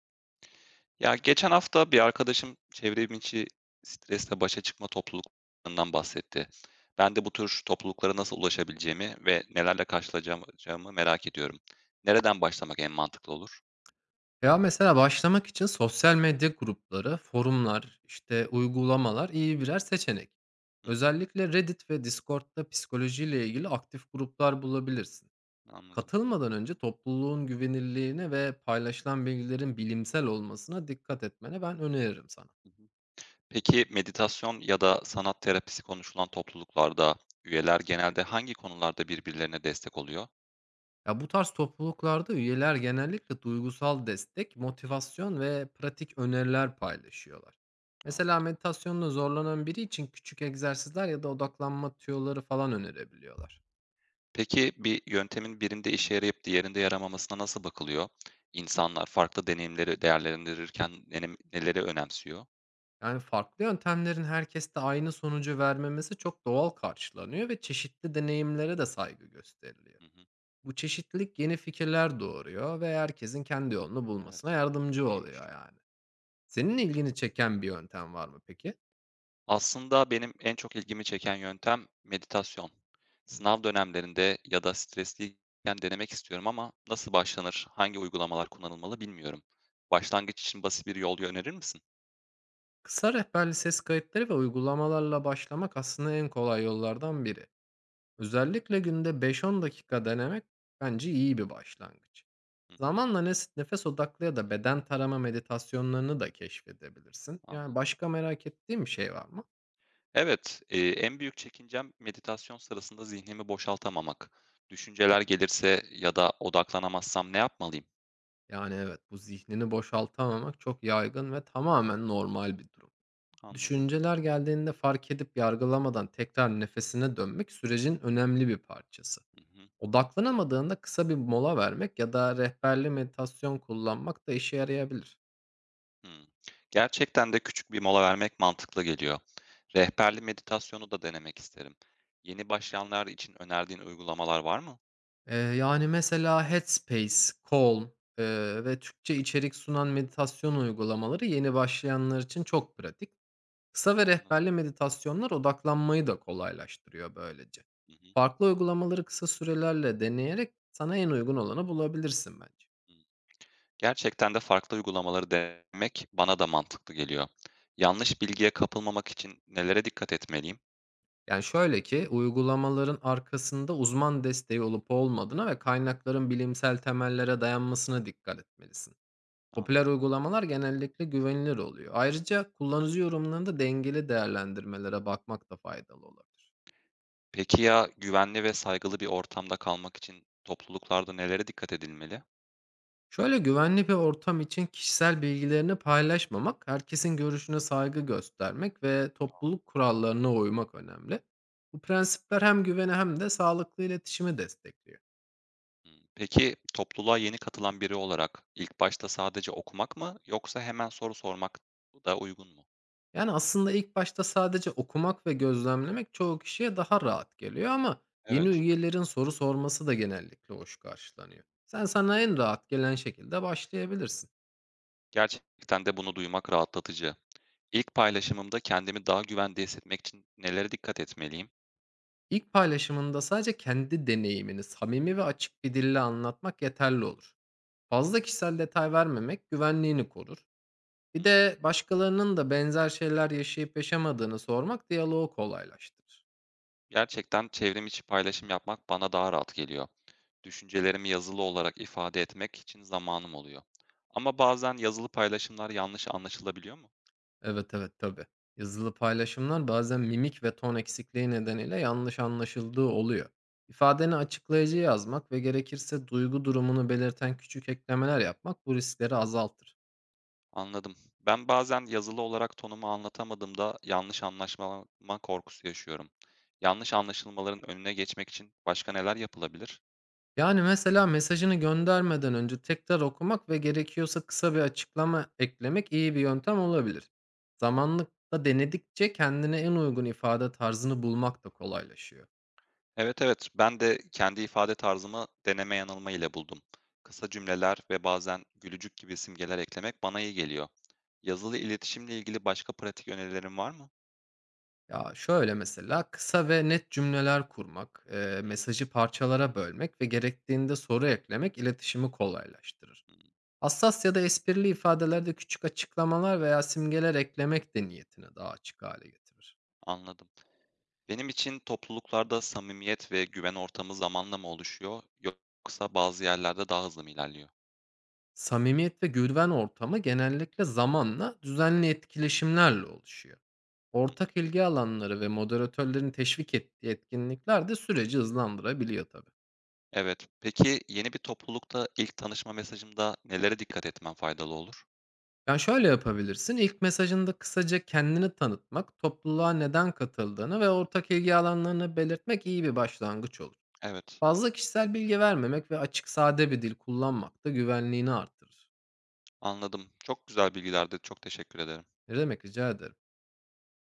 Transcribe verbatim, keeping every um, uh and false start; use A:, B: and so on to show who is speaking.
A: Ya geçen hafta bir arkadaşım çevrim içi stresle başa çıkma topluluklarından bahsetti. Ben de bu tür topluluklara nasıl ulaşabileceğimi ve nelerle karşılaşacağımı merak ediyorum. Nereden başlamak en mantıklı olur?
B: Ya, mesela başlamak için sosyal medya grupları, forumlar, işte, uygulamalar iyi birer seçenek.
A: Hı hı,
B: Özellikle Reddit ve Discord'da psikolojiyle ilgili aktif gruplar bulabilirsin.
A: anladım.
B: Katılmadan önce topluluğun güvenilirliğine ve paylaşılan bilgilerin bilimsel olmasına dikkat etmene ben öneririm sana.
A: Hı hı. Peki meditasyon ya da sanat terapisi konuşulan topluluklarda üyeler genelde hangi konularda birbirlerine destek oluyor?
B: Ya, bu tarz topluluklarda üyeler genellikle duygusal destek,
A: Hı,
B: motivasyon ve pratik öneriler paylaşıyorlar. Mesela
A: anladım.
B: meditasyonla zorlanan biri için küçük egzersizler ya da odaklanma tüyoları falan önerebiliyorlar.
A: Peki bir yöntemin birinde işe yarayıp diğerinde yaramamasına nasıl bakılıyor? İnsanlar farklı deneyimleri değerlendirirken nenem neleri önemsiyor?
B: Yani farklı yöntemlerin herkeste aynı sonucu vermemesi çok doğal karşılanıyor ve çeşitli deneyimlere de saygı gösteriliyor.
A: Hı hı.
B: Bu çeşitlilik yeni fikirler doğuruyor ve herkesin kendi yolunu bulmasına
A: Evet,
B: yardımcı oluyor
A: iyiymiş.
B: yani. Senin ilgini çeken bir yöntem var mı peki?
A: Aslında benim en çok ilgimi çeken yöntem meditasyon.
B: Hı.
A: Sınav dönemlerinde ya da stresliyken denemek istiyorum ama nasıl başlanır, hangi uygulamalar kullanılmalı bilmiyorum. Başlangıç için basit bir yol önerir misin?
B: Kısa rehberli ses kayıtları ve uygulamalarla başlamak aslında en kolay yollardan biri. Özellikle günde beş on dakika denemek bence iyi bir başlangıç.
A: Hı hı,
B: Zamanla nes- nefes odaklı ya da beden tarama meditasyonlarını da keşfedebilirsin. Yani
A: anladım.
B: başka merak ettiğin bir şey var mı?
A: Evet, eee, en büyük çekincem meditasyon sırasında zihnimi boşaltamamak. Düşünceler gelirse ya da odaklanamazsam ne yapmalıyım?
B: Yani evet, bu zihnini boşaltamamak çok yaygın ve tamamen normal bir durum.
A: Anladım.
B: Düşünceler geldiğinde fark edip yargılamadan tekrar nefesine dönmek sürecin önemli bir parçası.
A: Hı hı,
B: Odaklanamadığında kısa bir mola vermek ya da rehberli meditasyon kullanmak da işe yarayabilir.
A: hımm. Gerçekten de küçük bir mola vermek mantıklı geliyor. Rehberli meditasyonu da denemek isterim. Yeni başlayanlar için önerdiğin uygulamalar var mı?
B: Eee, yani mesela Headspace, Calm eee, ve Türkçe içerik sunan meditasyon uygulamaları yeni başlayanlar için çok pratik. Kısa ve
A: Anladım.
B: rehberli meditasyonlar odaklanmayı da kolaylaştırıyor böylece.
A: Hı hı,
B: Farklı uygulamaları kısa sürelerle deneyerek sana en uygun olanı bulabilirsin bence.
A: hı. Gerçekten de farklı uygulamaları denemek bana da mantıklı geliyor. Yanlış bilgiye kapılmamak için nelere dikkat etmeliyim?
B: Yani, şöyle ki, uygulamaların arkasında uzman desteği olup olmadığına ve kaynakların bilimsel temellere dayanmasına dikkat etmelisin. Popüler
A: Anladım.
B: uygulamalar genellikle güvenilir oluyor. Ayrıca kullanıcı yorumlarında dengeli değerlendirmelere bakmak da faydalı olabilir.
A: Peki ya güvenli ve saygılı bir ortamda kalmak için topluluklarda nelere dikkat edilmeli?
B: Şöyle, güvenli bir ortam için kişisel bilgilerini paylaşmamak, herkesin görüşüne saygı göstermek ve topluluk kurallarına uymak önemli. Bu prensipler hem güveni hem de sağlıklı iletişimi destekliyor.
A: Hmm, peki topluluğa yeni katılan biri olarak ilk başta sadece okumak mı yoksa hemen soru sormak da uygun mu?
B: Yani, aslında ilk başta sadece okumak ve gözlemlemek çoğu kişiye daha rahat geliyor ama yeni
A: Evet.
B: üyelerin soru sorması da genellikle hoş
A: Hmm,
B: karşılanıyor. Sen sana en rahat gelen şekilde başlayabilirsin.
A: gerçekten de bunu duymak rahatlatıcı. İlk paylaşımımda kendimi daha güvende hissetmek için nelere dikkat etmeliyim?
B: İlk paylaşımında sadece kendi deneyimini samimi ve açık bir dille anlatmak yeterli olur. Fazla kişisel detay vermemek güvenliğini korur.
A: Hı
B: Bir
A: hı.
B: de başkalarının da benzer şeyler yaşayıp yaşamadığını sormak diyaloğu kolaylaştırır.
A: Gerçekten çevrim içi paylaşım yapmak bana daha rahat geliyor. Düşüncelerimi yazılı olarak ifade etmek için zamanım oluyor. Ama bazen yazılı paylaşımlar yanlış anlaşılabiliyor mu?
B: Evet, evet, tabii. Yazılı paylaşımlar bazen mimik ve ton eksikliği nedeniyle yanlış anlaşıldığı oluyor. İfadeni açıklayıcı yazmak ve gerekirse duygu durumunu belirten küçük eklemeler yapmak bu riskleri azaltır.
A: Anladım. Ben bazen yazılı olarak tonumu anlatamadığımda yanlış anlaşma korkusu yaşıyorum. Yanlış anlaşılmaların önüne geçmek için başka neler yapılabilir?
B: Yani mesela mesajını göndermeden önce tekrar okumak ve gerekiyorsa kısa bir
A: Hmm.
B: açıklama eklemek iyi bir yöntem olabilir. Zamanlıkla denedikçe kendine en uygun ifade tarzını bulmak da kolaylaşıyor.
A: Evet evet, ben de kendi ifade tarzımı deneme yanılma ile buldum. Kısa cümleler ve bazen gülücük gibi simgeler eklemek bana iyi geliyor. Yazılı iletişimle ilgili başka pratik önerilerin var mı?
B: Ya, şöyle mesela, kısa ve net cümleler kurmak,
A: Hı
B: eee,
A: hı,
B: mesajı parçalara bölmek ve gerektiğinde soru eklemek iletişimi kolaylaştırır.
A: hı,
B: Hassas ya da esprili ifadelerde küçük açıklamalar veya simgeler eklemek de niyetini daha açık hale getirir.
A: anladım. Benim için topluluklarda samimiyet ve güven ortamı zamanla mı oluşuyor, yoksa bazı yerlerde daha hızlı mı ilerliyor?
B: Samimiyet ve güven ortamı genellikle zamanla düzenli etkileşimlerle oluşuyor.
A: Hı hı.
B: Ortak ilgi alanları ve moderatörlerin teşvik ettiği etkinlikler de süreci hızlandırabiliyor tabii.
A: Evet. Peki yeni bir toplulukta ilk tanışma mesajımda nelere dikkat etmem faydalı olur?
B: Yani, şöyle yapabilirsin, İlk mesajında kısaca kendini tanıtmak, topluluğa neden katıldığını ve ortak ilgi alanlarını belirtmek iyi bir başlangıç olur.
A: Evet,
B: Fazla kişisel bilgi vermemek ve açık, sade bir dil kullanmak da güvenliğini artırır.
A: anladım. Çok güzel bilgilerdi. Çok teşekkür ederim.
B: Ne demek, rica ederim.